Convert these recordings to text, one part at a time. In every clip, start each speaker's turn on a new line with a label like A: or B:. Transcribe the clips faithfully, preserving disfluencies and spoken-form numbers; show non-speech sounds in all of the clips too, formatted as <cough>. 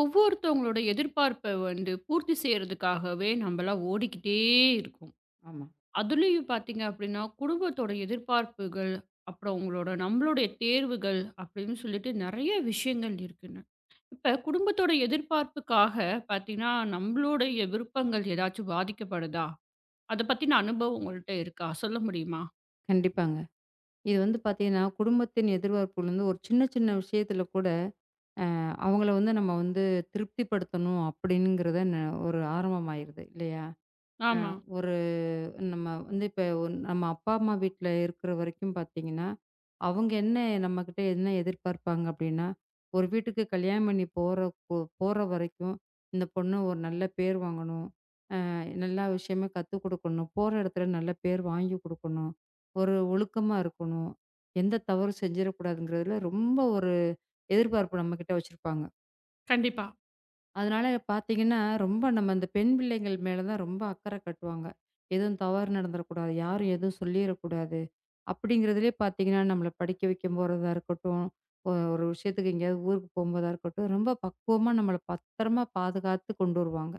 A: ஒவ்வொருத்தவங்களோட எதிர்பார்ப்ப வந்து பூர்த்தி செய்றதுக்காகவே நம்பலாம் ஓடிக்கிட்டே இருக்கோம்.
B: ஆமா.
A: அதுலயும் பார்த்தீங்க அப்டின்னா, குடும்பத்தோட எதிர்பார்ப்புகள், அப்புறம் உங்களோட நம்மளுடைய தேர்வுகள் அப்டின்னு சொல்லிட்டு நெறைய விஷயங்கள் இருக்குங்க. இப்ப குடும்பத்தோட எதிர்பார்ப்புக்காக பார்த்தீங்கன்னா, நம்மளுடைய விருப்பங்கள் ஏதாச்சும் பாதிக்கப்படுதா? அத பத்தின அனுபவம் உங்கள்ட்ட இருக்கா? சொல்ல முடியுமா?
B: கண்டிப்பாங்க. இது வந்து பார்த்தீங்கன்னா, குடும்பத்தின் எதிர்பார்ப்புலருந்து ஒரு சின்ன சின்ன விஷயத்துல கூட அவங்கள வந்து நம்ம வந்து திருப்திப்படுத்தணும் அப்படிங்கிறத ந ஒரு ஆரம்பமாயிருது இல்லையா? அ
A: ஆமா.
B: ஒரு நம்ம வந்து இப்ப ஒன் நம்ம அப்பா, அம்மா வீட்ல இருக்கிற வரைக்கும் பார்த்தீங்கன்னா, அவங்க என்ன நம்மகிட்ட என்ன எதிர்பார்ப்பாங்க அப்படின்னா, ஒரு வீட்டுக்கு கல்யாணம் பண்ணி போற போ போற வரைக்கும், இந்த பொண்ணு ஒரு நல்ல பேர் வாங்கணும். நல்லா விஷயமே கத்துக் குடுக்கணும். போற இடத்துல நல்ல பேர் வாங்கி குடுக்கணும். ஒரு ஒழுக்கமா இருக்கணும். எந்த தவறும் செஞ்சிடக்கூடாதுங்கிறதுல ரொம்ப ஒரு எதிர்பார்ப்பு நம்மகிட்ட வச்சிருப்பாங்க.
A: கண்டிப்பா.
B: அதனால பார்த்தீங்கன்னா, ரொம்ப நம்ம இந்த பெண் பிள்ளைகள் மேல தான் ரொம்ப அக்கறை காட்டுவாங்க. எதுவும் தவறு நடந்துறக்கூடாது. யாரும் எதுவும் சொல்லிறக்கூடாது. அப்படிங்கிறதுலயே பார்த்தீங்கன்னா, நம்மள படிக்க வைக்க போறதா இருக்கட்டும், ஒ ஒரு விஷயத்துக்கு எங்கேயாவது ஊருக்கு போம்போதா இருக்கட்டும், ரொம்ப பக்குவமா நம்மள பத்திரமா பாதுகாத்து கொண்டு வருவாங்க.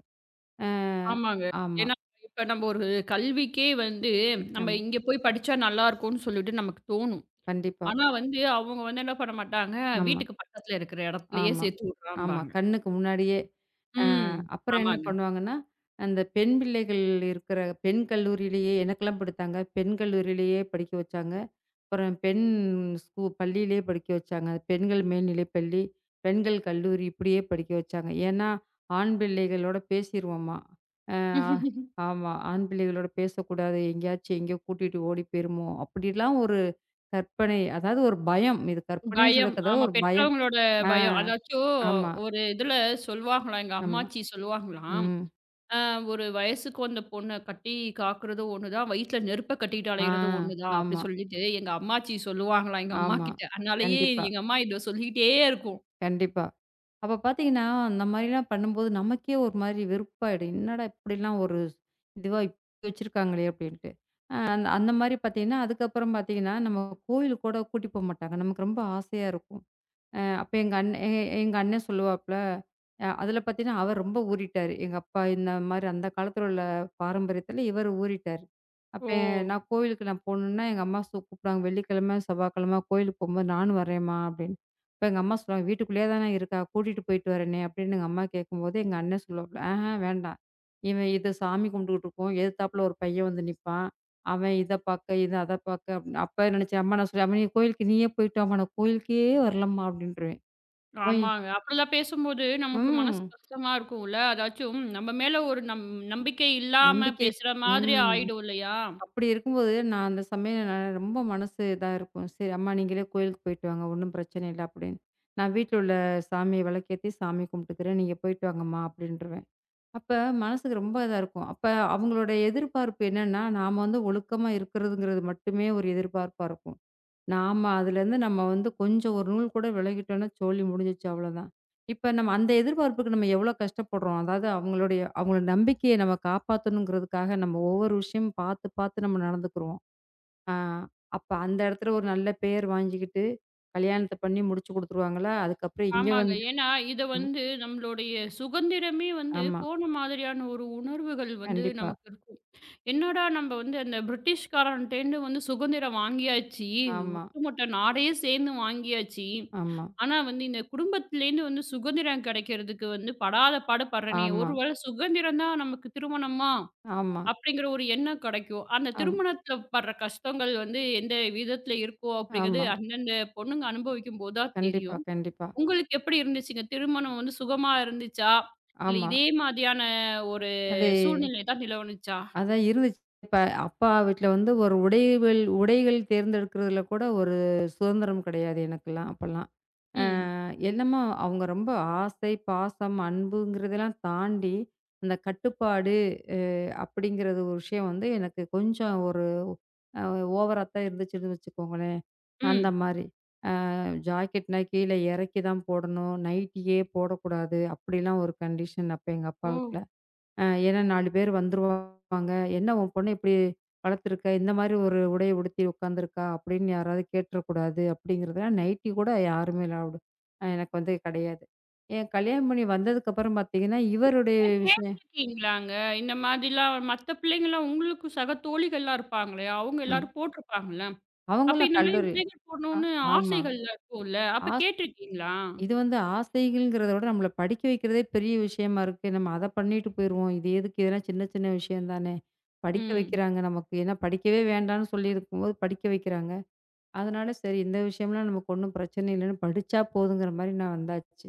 B: அ
A: ஆமாங்க.
B: ஆமா,
A: ஏன்னா, இப்ப நம்ம ஒரு கல்விக்கே வந்து நம்ம
B: ஆமா.
A: இங்க போய் படிச்சா நல்லாருக்கும்னு சொல்லிட்டு நமக்கு தோணும்.
B: கண்டிப்பா.
A: ஆனா வந்து, அவங்க வந்து என்ன பண்ண மாட்டாங்க,
B: ஆமா,
A: வீட்டுக்கு பக்கத்துல இருக்கிற இடத்துலயே
B: ஆமா,
A: சேர்த்து
B: ஆமா.
A: விடுறம்பாங்க.
B: கண்ணுக்கு முன்னாடியே. அ
A: ம்.
B: அப்புறம் என்ன
A: ஆமாங்க.
B: பண்ணுவாங்கன்னா, அந்த பெண் பிள்ளைகள் இருக்கிற பெண் கல்லூரியிலேயே எனக்கெல்லாம் படித்தாங்க. பெண் கல்லூரியிலேயே படிக்க வச்சாங்க. அப்புறம் பெண் ஸ்கூ பள்ளியிலேயே படிக்க வச்சாங்க. பெண்கள் மேல்நிலைப் பள்ளி, பெண்கள் கல்லூரி இப்படியே படிக்க வச்சாங்க. ஏன்னா, ஆண் பிள்ளைகளோட பேசிருவோமா. அ
A: <laughs>
B: ஆமா. ஆண் பிள்ளைகளோட பேசக்கூடாது. எங்கேயாச்சும் எங்கேயோ கூட்டிட்டு ஓடி போயிருமோ! அப்படிலாம் ஒரு கற்பனை. அதாவது ஒரு பயம். இது கற்பனைன்னு
A: பயம்.
B: சொல்லக்கூடாது.
A: ஆமா.
B: ஒரு பயம்.
A: பெற்றவங்களோட
B: ஆ,
A: பயம். அதாச்சும்
B: ஆமா,
A: ஒரு இதுல சொல்லுவாங்களாம், எங்க
B: ஆமா.
A: அம்மாச்சி சொல்லுவாங்களாம்.
B: ம்.
A: அ "ஒரு வயசுக்கு வந்த பொண்ண கட்டி காக்குறது ஒண்ணுதான், வயித்துல நெருப்ப கட்டிட்டு
B: ஆ,
A: அலையிறது ஒண்ணுதான்" அப்படி
B: ஆமா,
A: சொல்லிட்டு எங்க அம்மாச்சி சொல்லுவாங்களாம், எங்க
B: ஆமா.
A: அம்மாகிட்ட. அதனாலயே
B: கண்டிப்பா,
A: எங்க அம்மா இத சொல்லிக்கிட்டே இருக்கும்.
B: கண்டிப்பா. அப்ப பார்த்தீங்கன்னா, அந்த மாரிலாம் பண்ணும்போது நமக்கே ஒரு மாரி வெறுப்பாயிடும். என்னடா இப்படிலாம் ஒரு இதுவா இப்படி வச்சிருக்காங்களே அப்படின்ட்டு. அ அந்த அந்த மாரி பார்த்தீங்கன்னா, அதுக்கப்புறம் பார்த்தீங்கன்னா, நம்ம கோயிலுக்கு கூட கூட்டி போமாட்டாங்க. நமக்கு ரொம்ப ஆசையா இருக்கும். அ அப்ப எங்க அண்ண எ எங்க அண்ணன் சொல்லுவாப்புல, அ அதில பார்த்தீங்கன்னா, அவர் ரொம்ப ஊறிட்டாரு. எங்க அப்பா இந்த மாரி அந்த காலத்தில உள்ள பாரம்பரியத்தில இவர் ஊறிட்டாரு. அப்ப
A: ஓ!
B: நான் கோவிலுக்கு நான் போணும்னா, எங்க அம்மா சு கூப்பிடுவாங்க. "வெள்ளிக்கிழமை, செவ்வாய்க்கிழமை கோயிலுக்கு போம்போது நானும் வரேம்மா" அப்படின்னு. அப்ப எங்க அம்மா சொல்லுவாங்க, "வீட்டுக்குள்ளேயே தானே இருக்கா, கூட்டிட்டு போயிட்டு வரேனே" அப்படின்னு எங்க அம்மா கேட்கும்போது, எங்க அண்ணன் சொல்லுவாப்புல, "ஆஹ வேண்டாம். இவன் இது சாமி கும்பிட்டுக்கிட்டு இருக்கும். எதுத்தாப்புல ஒரு பையன் வந்து நிப்பான். அவன் இத பாக்க, இது அத பாக்க அப்டின்னு அப்ப நெனச்சேன். அம்மா நான் சொல்லுவேன், "அம்மா நீ கோயிலுக்கு நீயே போயிட்டு வாம்மா, நான் கோயிலுக்கே வரலம்மா" அப்டின்ருவேன். அவன்
A: ஆமாங்க. அப்படிலாம் பேசும்போது நமக்கு மனசு
B: ம்.
A: கஷ்டமா இருக்கும்ல. அதாச்சும் நம்ம மேல ஒரு நம் நம்பிக்கை இல்லாம
B: நம்பிக்கை.
A: பேசுற மாதிரி
B: ம்.
A: ஆயிடும் இல்லையா?
B: அப்டி இருக்கும்போது, நான் அந்த சமயம் நான் ரொம்ப மனசு இதா இருக்கும். சரி அம்மா நீங்களே கோயிலுக்கு போயிட்டு வாங்க, ஒண்ணும் பிரச்சனை இல்ல அப்டின்னு. நான் வீட்ல உள்ள சாமிய விளக்கேத்தி சாமி கும்பிட்டுக்கிறேன். நீங்க போயிட்டு வாங்கம்மா அப்டின்ருவேன். அப்ப மனசுக்கு ரொம்ப இதா இருக்கும். அப்ப அவங்களோட எதிர்பார்ப்பு என்னன்னா, நாம வந்து ஒழுக்கமா இருக்கிறதுங்கிறது மட்டுமே ஒரு எதிர்பார்ப்பா இருக்கும். நாம அதுலேருந்து நம்ம வந்து கொஞ்சம் ஒரு நூல் கூட விலகிட்டோம்னா, சோலி முடிஞ்சிச்சு அவ்வளோதான். இப்ப நம்ம அந்த எதிர்பார்ப்புக்கு நம்ம எவ்வளோ கஷ்டப்படுறோம். அதாவது அவங்களுடைய அவங்களோட நம்பிக்கைய நம்ம காப்பாத்தணுங்கிறதுக்காக நம்ம ஒவ்வொரு விஷயமும் பார்த்து, பார்த்து நம்ம நடந்துக்குருவோம். ஆ அப்ப அந்த இடத்துல ஒரு நல்ல பேர் வாங்கிக்கிட்டு, கல்யாணத்த பண்ணி முடிச்சு குடுத்துருவாங்களா, அதுக்கப்புறம் இங்க
A: ஆமாங்க.
B: வந்து
A: ஏன்னா இத
B: ம்.
A: வந்து நம்மளுடைய சுதந்திரமே வந்து
B: ஆமா.
A: போன மாதிரியான ஒரு உணர்வுகள் வந்து
B: கண்டிப்பா.
A: நமக்கு இருக்கும். என்னடா நம்ம வந்து அந்த பிரிட்டிஷ்காரன்ட்டேருந்து வந்து சுதந்திரம் வாங்கியாச்சு.
B: ஆமா,
A: ஒட்டுமொத்த நாடே சேர்ந்து வாங்கியாச்சு.
B: ஆமா,
A: ஆனா வந்து இந்த குடும்பத்திலேருந்து வந்து சுதந்திரம் கிடைக்கிறதுக்கு வந்து படாத பாடு படுறேனே.
B: ஆமா,
A: ஒருவேளை சுதந்திரம் தான் நமக்கு திருமணமா?
B: ஆமா,
A: அப்படிங்கிற ஒரு எண்ணம் கிடைக்கும். அந்த
B: ஆம்,
A: திருமணத்தில படுற கஷ்டங்கள் வந்து எந்த விதத்தில இருக்கும் அப்படிங்கிறது
B: ஆமா.
A: அந்தந்த பொண்ணுங்க அனுபவிக்கும்போது தான்
B: கண்டிப்பா,
A: தெரியும்.
B: கண்டிப்பா.
A: உங்களுக்கு எப்படி இருந்துச்சுங்க? திருமணம் வந்து சுகமா இருந்துச்சா? இல்ல
B: ஆமா.
A: இதே மாதிரியான ஒரு
B: அதே
A: சூழ்நிலை தான் நிலவுனுச்சா?
B: அதான் இருந்துச்சு. இப்ப அப்பா வீட்ல வந்து ஒரு உடைகள் உடைகள் தேர்ந்தெடுக்கிறதுல கூட ஒரு சுதந்திரம் கிடையாது எனக்கெல்லாம் அப்பல்லாம். அ
A: ம்,
B: என்னமோ அவங்க ரொம்ப ஆசை, பாசம், அன்புங்கிறதெல்லாம் தாண்டி, அந்த கட்டுப்பாடு அ அப்படிங்கிறது ஒரு விஷயம் வந்து எனக்கு கொஞ்சம் ஒரு அ ஓவரா தான் இருந்துச்சுன்னு வச்சுக்கோங்களேன். அந்த
A: ம்.
B: மாரி. அ ஜாக்கெட்னா கீழ இறக்கி தான் போடணும். நைட்டியே போடக்கூடாது. அப்படிலாம் ஒரு கண்டிஷன் அப்ப எங்க அப்பா
A: ஓ!
B: வீட்ல. அ ஏன்னா நாலு பேர் வந்துருவாங்க. "என்ன உன் பொண்ண இப்படி வளர்த்துருக்க? இந்த மாரி ஒரு உடைய உடுத்தி உட்காந்துருக்கா?" அப்படின்னு யாராவது கேட்றக்கூடாது அப்படிங்கிறதுனால நைட்டி கூட யாருமே அலவுடு அ எனக்கு வந்து கிடையாது. என் கல்யாணம் பண்ணி வந்ததுக்கப்புறம் பார்த்தீங்கன்னா, இவருடைய
A: ஏன்
B: விஷயம்
A: கேட்டுருக்கீங்களாங்க? இந்த மாதிரிலாம் மத்த பிள்ளைங்கலாம் உங்களுக்கு சக தோழிகள்லாம் இருப்பாங்களே, அவங்க
B: ம்.
A: எல்லாரும் போட்டிருப்பாங்கல்ல. அப்ப
B: அவங்கலாம்
A: இந்த மாரி
B: கல்லூரி
A: உடைகள்
B: அ
A: போடணும்னு
B: ஆமா.
A: ஆசைகள்லாம் இருக்கும்ல. அப்ப
B: ஆஸ்
A: கேட்டுருக்கீங்களா?
B: இது வந்து ஆசைகள்ங்கிறத விட நம்மள படிக்க வைக்கிறதே பெரிய விஷயமா இருக்கு. நம்ம அத பண்ணிட்டு போயிருவோம். இது எதுக்கு? இதெல்லாம் சின்ன சின்ன விஷயம் தானே! படிக்க
A: ம்.
B: வைக்கிறாங்க நமக்கு. ஏன்னா படிக்கவே வேண்டான்னு சொல்லியிருக்கும்போது படிக்க வைக்கிறாங்க. அதனால சரி இந்த விஷயம்லாம் நமக்கு ஒண்ணும் பிரச்சனை இல்லன்னு படிச்சா போதுங்கிற மாரி நான் வந்தாச்சு.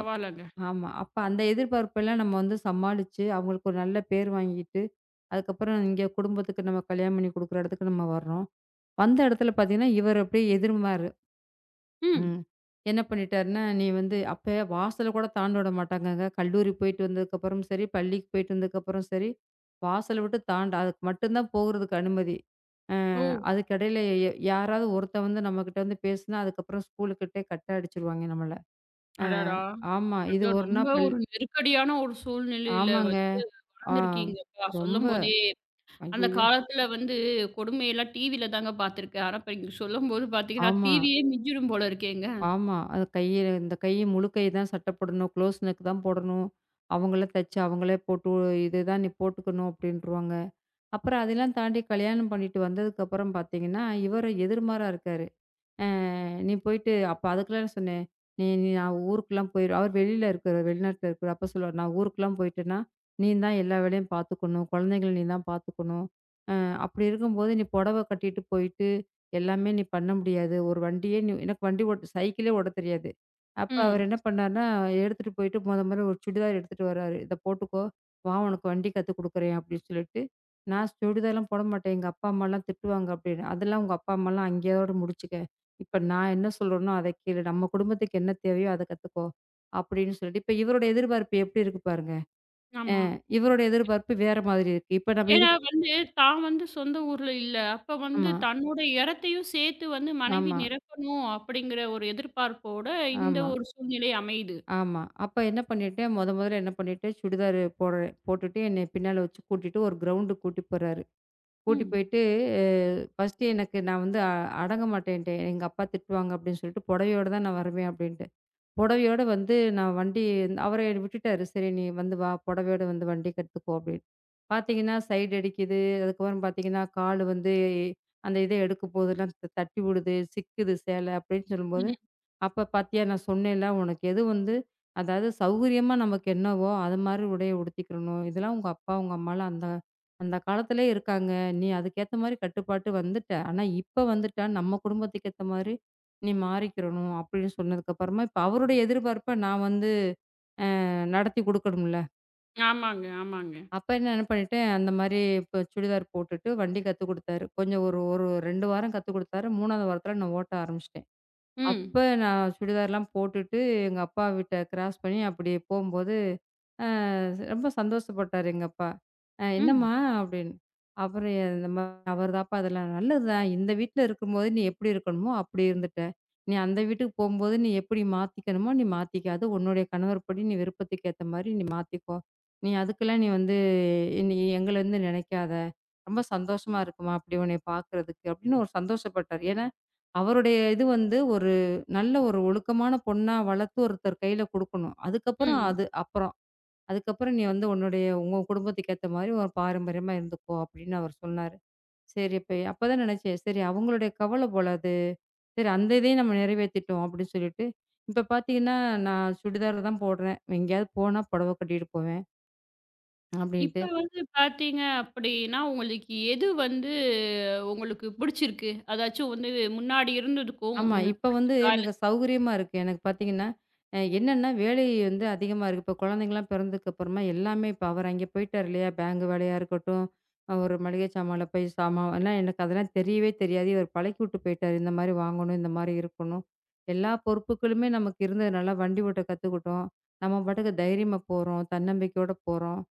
B: அப் ஆமா. அப்ப அந்த எதிர்பார்ப்பெல்லாம் நம்ம வந்து சமாளிச்சு, அவங்களுக்கு ஒரு நல்ல பேர் வாங்கிட்டு, அதுக்கப்புறம் இங்க குடும்பத்துக்கு நம்ம கல்யாணம் பண்ணி குடுக்குற இடத்துக்கு நம்ம வர்றோம். வந்த இடத்துல பார்த்தீங்கன்னா, இவர் அப்படியே எதிர்மாறு.
A: ம்.
B: ம். என்ன பண்ணிட்டாருன்னா, நீ வந்து அப்ப வாசல கூட தாண்ட விட மாட்டாங்கங்க. கல்லூரி போயிட்டு வந்ததுக்கப்புறம் சரி, பள்ளிக்கு போயிட்டு வந்ததுக்கப்புறம் சரி, வாசல விட்டு தாண்ட அதுக்கு மட்டும் தான் போகுறதுக்கு அனுமதி. அ
A: ஓ!
B: அதுக்கிடையில ய யாராவது ஒருத்தன் வந்து நம்மகிட்ட வந்து பேசுனா, அதுக்கப்புறம் ஸ்கூலுக்கிட்டே கட் அடிச்சுருவாய்ங்க நம்மள. அ
A: அடடா!
B: ஆமா. இது
A: அதான்
B: ஒரு
A: ரொம்ப
B: நாள் பள்
A: ஒரு நெருக்கடியான ஒரு சூழ்நிலையில
B: ஆமாங்க.
A: வந்து
B: ஆ
A: வளர்ந்துருக்கீங்கப்பா.
B: ரொம்ப
A: சொல்லும்போதே, அந்த
B: ஐயய்யோ!
A: காலத்துல வந்து கொடுமையெல்லாம் டிவில தாங்க பார்த்துருக்கேன். ஆனா, இப்ப நீங்க சொல்லும்போது பார்த்தீங்கன்னா,
B: ஆமா.
A: டிவியே மிஞ்சிடும் போல இருக்கேங்க.
B: ஆமா. அது கையில இந்த கை முழு கை தான் சட்டை போடணும். க்ளோஸ் நெக் தான் போடணும். அவங்களே தச்சு, அவங்களே போட்டு இதுதான் நீ போட்டுக்கணும் அப்படின்ருவாங்க. அப்புறம் அதெல்லாம் தாண்டி கல்யாணம் பண்ணிட்டு வந்ததுக்கப்புறம் பார்த்தீங்கன்னா, இவர் எதிர்மாரா இருக்காரு. அ நீ போயிட்டு அப்ப அதுக்குலாம் சொன்னேன். நீ நீ நான் ஊருக்குலாம் போயிரு அவர் வெளியில இருக்காரு. வெளிநாட்ல இருக்காரு. அப்ப சொல்லுவாரு, "நான் ஊருக்குலாம் போயிட்டேன்னா, நீ தான் எல்லா வேலையும் பார்த்துக்கணும். குழந்தைங்கள நீ தான் பார்த்துக்கணும். அ அப்படி இருக்கும்போது நீ புடவ கட்டிட்டு போயிட்டு, எல்லாமே நீ பண்ண முடியாது. ஒரு வண்டியே நீ" எனக்கு வண்டி ஓட்ட சைக்கிளே ஓட்டத் தெரியாது. அப்ப அவர்
A: ம்.
B: என்ன பண்ணாருன்னா, எடுத்துட்டு போயிட்டு மொத மொத ஒரு சுடிதார் எடுத்துட்டு வராரு. "இத போட்டுக்கோ. வா உனக்கு வண்டி கத்துக் குடுக்குறேன்" அப்படின்னு சொல்லிட்டு, நான் சுடிதார்லாம் போட மாட்டேன். எங்க அப்பா, அம்மாலாம் திட்டுவாங்க அப்படின்னு. "அதெல்லாம் உங்க அப்பா, அம்மாலாம் அங்கேயோட முடிச்சுக்க. இப்ப நான் என்ன சொல்றேனோ அத கேளு. நம்ம குடும்பத்துக்கு என்ன தேவையோ அத கத்துக்கோ. அப்படின்னு சொல்லிட்டு இப்ப இவரோட எதிர்பார்ப்பு எப்படி இருக்கு பாருங்க.
A: ஆமா.
B: இவரோட எதிர்பார்ப்பு வேற மாதிரி இருக்கு. இப்ப நம்ம
A: ஏன்னா
B: இதுக்கு
A: வந்து தான் வந்து சொந்த ஊர்ல இல்ல. அப்ப வந்து
B: ஆமா,
A: தன்னோட இடத்தையும் சேர்த்து வந்து மனைவி
B: ஆமா,
A: நிரப்பணும் அப்படிங்கிற ஒரு எதிர்பார்ப்போட இந்த
B: ஆமா,
A: ஒரு சூழ்நிலை அமையுது.
B: ஆமா. அப்ப என்ன பண்ணிட்டேன், மொத மொதல்ல என்ன பண்ணிட்டேன், சுடிதார் போடுறேன் போட்டுட்டு என்னைய பின்னால வச்சு கூட்டிட்டு ஒரு கிரவுண்டுக்கு கூட்டி போறாரு. கூட்டி
A: ம்.
B: போயிட்டு அ ஃபர்ஸ்ட்டு எனக்கு நான் வந்து அ அடங்க மாட்டேன்ட்டேன். எங்க அப்பா திட்டுவாங்க அப்படின்னு சொல்லிட்டு புடவையோட தான் நான் வருவேன் அப்படின்ட்டு. புடவையோட வந்து நான் வண்டி அவர விட்டுட்டாரு. சரி நீ வந்து வா புடவையோட வந்து வண்டி கத்துக்கோ அப்படின்னு. பார்த்தீங்கன்னா, சைடு அடிக்குது. அதுக்கப்புறம் பார்த்தீங்கன்னா, கால் வந்து அந்த இத எடுக்கப் போதெல்லாம் த தட்டி விடுது, சிக்குது சேலை அப்படின்னு சொல்லும்போது,
A: ம்.
B: "அப்ப பார்த்தியா நான் சொன்னேன்ல, உனக்கு எது வந்து அதாவது சௌகரியமா நமக்கு என்னவோ, அது மாரி உடைய உடுத்திக்கிறணும். இதெல்லாம் உங்க அப்பா, உங்க அம்மாலாம் அந்த அந்த காலத்திலே இருக்காங்க. நீ அதுக்கேத்த மாரி கட்டுப்பாட்டு வந்துட்ட. ஆனா, இப்ப வந்துட்டா நம்ம குடும்பத்துக்கு ஏத்த மாரி நீ மாறிக்கிறணும்." அப்படின்னு சொன்னதுக்கு அப்புறமா, இப்ப அவருடைய எதிர்பார்ப்ப நான் வந்து அ நடத்தி குடுக்கணும்ல.
A: ஆமாங்க, ஆமாங்க.
B: அப்ப என்ன பண்ணிட்டேன், அந்த மாரி இப்போ சுடிதார் போட்டுட்டு வண்டி கத்துக் குடுத்தாரு. கொஞ்சம் ஒரு ஒரு ரெண்டு வாரம் கத்துக் குடுத்தாரு. மூன்றாவது வாரத்தில நான் ஓட்ட ஆரம்பிச்சுட்டேன்.
A: ம்.
B: அப்ப நான் சுடிதார்லாம் போட்டுட்டு எங்க அப்பா வீட்ட கிராஸ் பண்ணி அப்படியே போம்போது அ ரொம்ப சந்தோஷப்பட்டாரு எங்க அப்பா. அ
A: ம்.
B: "என்னம்மா?" அப்படின்னு. அப்புறம் இந்த மாரி அவர் தான்ப்பா அதெல்லாம் "நல்லது தான். இந்த வீட்ல இருக்கும்போது நீ எப்படி இருக்கணுமோ அப்படி இருந்துட்ட. நீ அந்த வீட்டுக்கு போம்போது நீ எப்படி மாத்திக்கணுமோ நீ மாத்திக்க. அது உன்னுடைய கணவர் படி நீ விருப்பத்துக்கு ஏத்த மாரி நீ மாத்திக்கோ. நீ அதுக்கெல்லாம் நீ வந்து நீ எங்கள வந்து நினைக்காத. ரொம்ப சந்தோஷமா இருக்கும்மா அப்படி உன்னைய பார்க்கறதுக்கு" அப்படின்னு ஒரு சந்தோஷப்பட்டாரு. ஏன்னா, அவருடைய இது வந்து ஒரு நல்ல ஒரு ஒழுக்கமான பொண்ணா வளர்த்து ஒருத்தர் கையில குடுக்கணும். அதுக்கப்புறம்
A: ம்.
B: அது அப்புறம். அதுக்கப்புறம் நீ வந்து உன்னுடைய உங்க குடும்பத்துக்கு ஏத்த மாதிரி ஒரு பாரம்பரியமா இருந்துக்கோ அப்படின்னு அவர் சொன்னாரு. சரி இப்ப அப்பதான் நினைச்சேன். சரி அவங்களுடைய கவலை போல அது. சரி அந்த இதையும் நம்ம நிறைவேத்திட்டோம் அப்படின்னு சொல்லிட்டு, இப்ப பார்த்தீங்கன்னா நான் சுடிதார் தான் போடுறேன். எங்கேயாவது போனா புடவை கட்டிட்டு போவேன் அப்படின்ட்டு.
A: இப்ப வந்து பார்த்தீங்க அப்படின்னா, உங்களுக்கு எது வந்து உங்களுக்கு பிடிச்சிருக்கு? அதாச்சும் வந்து முன்னாடி இருந்ததுக்கும்
B: ஆமா.
A: எனக்கு
B: இப்ப வந்து
A: பிடிச்சிருக்கா? இல்ல
B: எனக்கு சௌகரியமா இருக்கு. எனக்கு பார்த்தீங்கன்னா, அ என்னன்னா வேலை வந்து அதிகமா இருக்கு. இப்ப குழந்தைங்கலாம் பிறந்ததுக்கு அப்புறமா எல்லாமே இப்ப அவர் அங்கே போயிட்டாரு இல்லையா? பேங்க் வேலையா இருக்கட்டும், அ ஒரு மளிகை சாமான்ல போய் சாமான்லாம் எனக்கு அதெல்லாம் தெரியவே தெரியாது. இவர் பழக்கிவுட்டு போயிட்டாரு. இந்த மாரி வாங்கணும், இந்த மாரி இருக்கணும். எல்லா பொறுப்புகளுமே நமக்கு இருந்ததுனால வண்டி ஓட்ட கத்துக்கிட்டோம். நம்ம பாட்டுக்கு தைரியமா போறோம், தன்னம்பிக்கையோட போறோம்.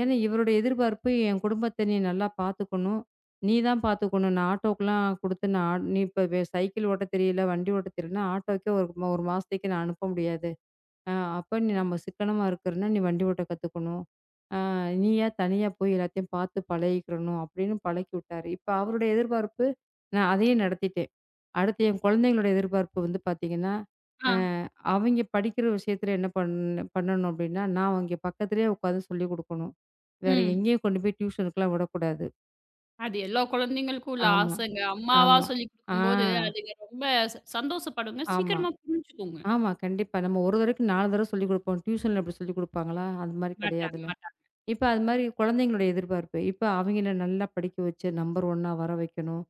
B: ஏன்னா இவருடைய எதிர்பார்ப்பு என் குடும்பத்த நீ நல்லா பார்த்துக்கணும். நீ தான் பார்த்துக்கணும். நான் ஆட்டோக்கெல்லாம் குடுத்து நான் ஆட் நீ இப்ப வே சைக்கிள் ஓட்ட தெரியல, வண்டி ஓட்ட தெரியலன்னா, ஆட்டோக்கே ஒரு ம ஒரு மாசத்துக்கு நான் அனுப்ப முடியாது. அ அப்ப நீ நம்ம சிக்கனமா இருக்கிறன்னா, நீ வண்டி ஓட்ட கத்துக்கணும். அ நீயா தனியா போய் எல்லாத்தையும் பார்த்து பழகிக்கிடணும் அப்படின்னு பழக்கி விட்டாரு. இப்ப அவருடைய எதிர்பார்ப்பு நான் அதையும் நடத்திட்டேன். அடுத்து என் குழந்தைங்களோட எதிர்பார்ப்பு வந்து பார்த்தீங்கன்னா, அ
A: ஆ,
B: அவைங்க படிக்கிற விஷயத்துல என்ன பண் பண்ணணும் அப்டின்னா, நான் அங்க பக்கத்திலேயே உட்காந்து சொல்லிக் குடுக்கணும். வேற
A: ம்.
B: எங்கேயும் கொண்டு போய் டியூஷனுக்குலாம் விடக்கூடாது.
A: அது எல்லா குழந்தைங்களுக்கும் உள்ள
B: ஆமா,
A: ஆசைங்க. அம்மாவா
B: ஆமா.
A: சொல்லிக்
B: ஆ,
A: குடுக்கும்போது, அதுங்க ரொம்ப ச சந்தோஷப்படுங்க.
B: ஆமா,
A: சீக்கிரமா புரிஞ்சுக்குங்க.
B: ஆமா. கண்டிப்பா. நம்ம ஒரு தடவைக்கு நாலு தடவ சொல்லிக் குடுப்போம். டியூஷன்ல அப்டி சொல்லிக் குடுப்பாங்களா? அது மாரி
A: மாட்டாங்க,
B: கிடையாதுல்ல.
A: மாட்டாங்க.
B: இப்ப அது மாரி குழந்தைங்களோட எதிர்பார்ப்பு. இப்ப அவங்கள நல்லா படிக்க வச்சு நம்பர் ஒன்னா வர வைக்கணும்.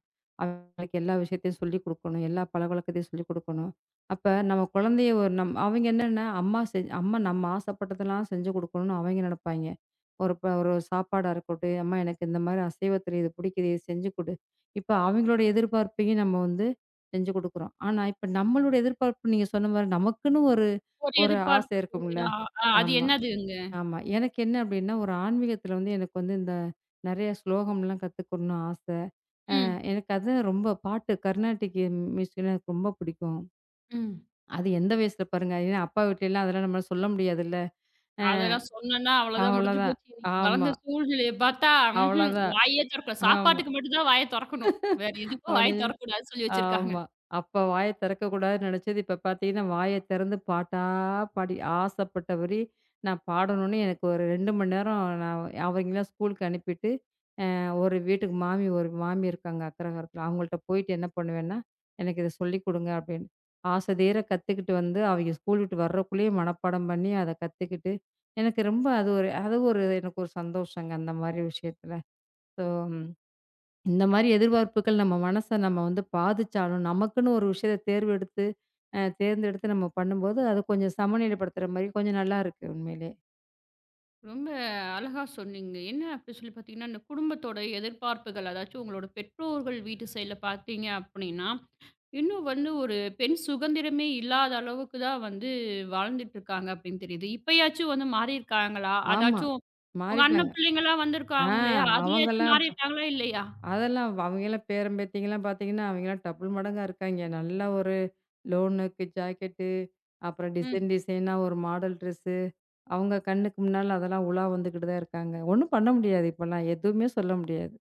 B: அவங்களுக்கு எல்லா விஷயத்தையும் சொல்லிக் குடுக்கணும். எல்லா பழக்கவழக்கத்தையும் சொல்லிக் குடுக்கணும். அப்ப நம்ம குழந்தைய ஒரு நம் அவங்க என்னன்னா, அம்மா செஞ் அம்மா நம்ம ஆசைப்பட்டதெல்லாம் செஞ்சு குடுக்கணும்னு அவங்க நெனைப்பாய்ங்க. ஒரு ப ஒரு சாப்பாடா இருக்கட்டும், "அம்மா எனக்கு இந்த மாரி அசைவத்துல இது பிடிக்குது. இது செஞ்சு குடு." இப்ப அவங்களோட எதிர்பார்ப்பையும் நம்ம வந்து செஞ்சு குடுக்குறோம். ஆனா இப்ப நம்மளோட எதிர்பார்ப்பு நீங்க சொன்ன மாரி நமக்குன்னு ஒரு
A: ஒரு
B: ஒரு
A: எதிர்பார்ப்பு
B: ஆசை இருக்கும்ல.
A: இருக்குல்லையா? அ அது
B: ஆமா.
A: என்னதுங்க?
B: ஆமா. எனக்கு என்ன அப்டின்னா, ஒரு ஆன்மீகத்துல வந்து எனக்கு வந்து இந்த நெறைய ஸ்லோகம்லாம் கத்துக்கணும்னு ஆச. அ
A: ம்,
B: எனக்கு அது ரொம்ப பாட்டு கர்நாடிக் மியூசிக்னா எனக்கு ரொம்ப பிடிக்கும்.
A: ம்.
B: அது எந்த வயசுல பாருங்க. ஏன்னா அப்பா வீட்லலாம் அதெல்லாம் நம்மளால சொல்ல முடியாதுல்ல. அ
A: அதெல்லாம் சொன்னேன்னா அவ்வளோதான் முடிஞ்சு
B: அவ்வளோதான்.
A: போச்சு. நீங்க
B: ஆமா.
A: வளர்ந்த சூழ்நிலைய பார்த்தா, ம்ஹ்ம்.
B: அவ்வளோதான்.
A: வாயே தொறக்கல.
B: ஆமா.
A: சாப்பாட்டுக்கு மட்டும் தான் வாய தொறக்கணும். வேற எதுக்கும் வாய
B: அப்டியே
A: தொறக்கக்கூடாதுன்னு சொல்லி வச்சிருக்காங்க.
B: ஆமா. அப்ப வாய திறக்கக்கூடாதுன்னு நெனச்சது, இப்ப பாத்தீங்கன்னா வாய திறந்து பாட்டா பாடி ஆசைப்பட்டபடி நான் பாடணும்னு எனக்கு ஒரு ரெண்டு மணி நேரம் நான் அவங்களலாம் ஸ்கூலுக்கு அனுப்பிட்டு ஒரு வீட்டுக்கு மாமி ஒரு மாமி இருக்காங்க அக்ரஹாரத்துல. அவங்கள்ட்ட போயிட்டு என்ன பண்ணுவேன்னா, "எனக்கு இத சொல்லிக் குடுங்க" அப்படின்னு. ஆசை தீர கத்துக்கிட்டு வந்து அவைங்க ஸ்கூல் விட்டு வர்றக்குள்ளயே மனப்பாடம் பண்ணி அத கத்துக்கிட்டு, எனக்கு ரொம்ப அது ஒரு அது ஒரு எனக்கு ஒரு சந்தோஷங்க அந்த மாரி விஷயத்துல. ஸோ, இந்த மாரி எதிர்பார்ப்புகள் நம்ம மனச நம்ம வந்து பாதிச்சாலும், நமக்குன்னு ஒரு விஷயத்த தேர்வெடுத்து அ தேர்ந்தெடுத்து நம்ம பண்ணும்போது, அது கொஞ்சம் சமநிலைப்படுத்துற மாரி கொஞ்சம் நல்லா இருக்கு உண்மையிலே.
A: ரொம்ப அழகா சொன்னீங்க. என்ன அப்படி சொல்லி பார்த்தீங்கன்னா, இந்த குடும்பத்தோட எதிர்பார்ப்புகள், அதாச்சும் உங்களோட பெற்றோர்கள் வீட்டு சைடுல பார்த்தீங்க அப்படின்னா, இன்னும் வந்து ஒரு பெண் சுதந்திரமே இல்லாத அளவுக்கு தான் வந்து வாழ்ந்துட்டு இருக்காங்க அப்படின்னு தெரியுது. இப்பயாச்சும் வந்து மாறியிருக்காங்களா?
B: ஆமா.
A: அதாச்சும் உங்க
B: மாறிட்டாங்க.
A: அண்ணன் பிள்ளைங்கலாம்
B: ஆ
A: வந்திருக்காங்க இல்லையா? அதுலயாச்சும்
B: அவங்கலாம்
A: மாறியிருக்காங்களா இல்லையா?
B: அதெல்லாம் அவங்கலாம் பேரன் பேத்திங்கலாம் பார்த்தீங்கன்னா, அவங்கலாம் டபுள் மடங்கா இருக்காய்ங்க. நல்லா ஒரு லோ நெக் ஜாக்கெட்டு, அப்புறம்
A: ம்.
B: டிசைன் டிசைனா ஒரு மாடல் ட்ரெஸ்ஸு. அவங்க கண்ணுக்கு முன்னால அதெல்லாம் உலா வந்துகிட்டு தான் இருக்காங்க. ஒண்ணும் பண்ண முடியாது இப்பலாம். எதுவுமே சொல்ல முடியாது.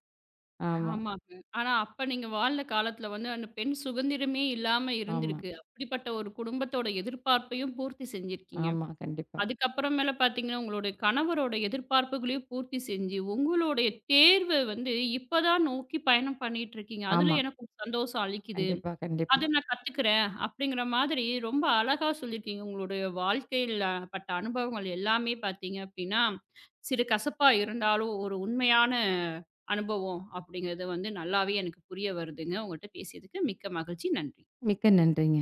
B: ஆமா,
A: ஆமாங்க. ஆனா அப்ப நீங்க வாழ்ந்த காலத்துல வந்து அந்த பெண் சுதந்திரமே இல்லாம
B: ஆமா,
A: இருந்திருக்கு. அப்படிப்பட்ட ஒரு குடும்பத்தோட எதிர்பார்ப்பையும் பூர்த்தி செஞ்சிருக்கீங்க.
B: ஆமா. கண்டிப்பா.
A: அதுக்கப்புறமேல பார்த்தீங்கன்னா, உங்களோட கணவரோட எதிர்பார்ப்புகளையும் பூர்த்தி செஞ்சு, உங்களுடைய தேர்வ வந்து இப்ப தான் நோக்கி பயணம் பண்ணிட்டுருக்கீங்க. அதுல
B: ஆமா.
A: எனக்கு ஒரு சந்தோஷம் அளிக்குது.
B: கண்டிப்பா, கண்டிப்பா.
A: அத நான் கத்துக்கிறேன். அப்படிங்கிற மாதிரி ரொம்ப அழகா சொல்லியிருக்கீங்க. உங்களுடைய வாழ்க்கையில பட்ட அனுபவங்கள் எல்லாமே பார்த்தீங்க அப்படின்னா, சிறு கசப்பா இருந்தாலும் ஒரு உண்மையான அனுபவம் அப்படிங்கிறது வந்து நல்லாவே எனக்கு புரிய வருதுங்க. உங்கள்ட்ட பேசியதுக்கு மிக்க மகிழ்ச்சி. நன்றி.
B: மிக்க நன்றிங்க.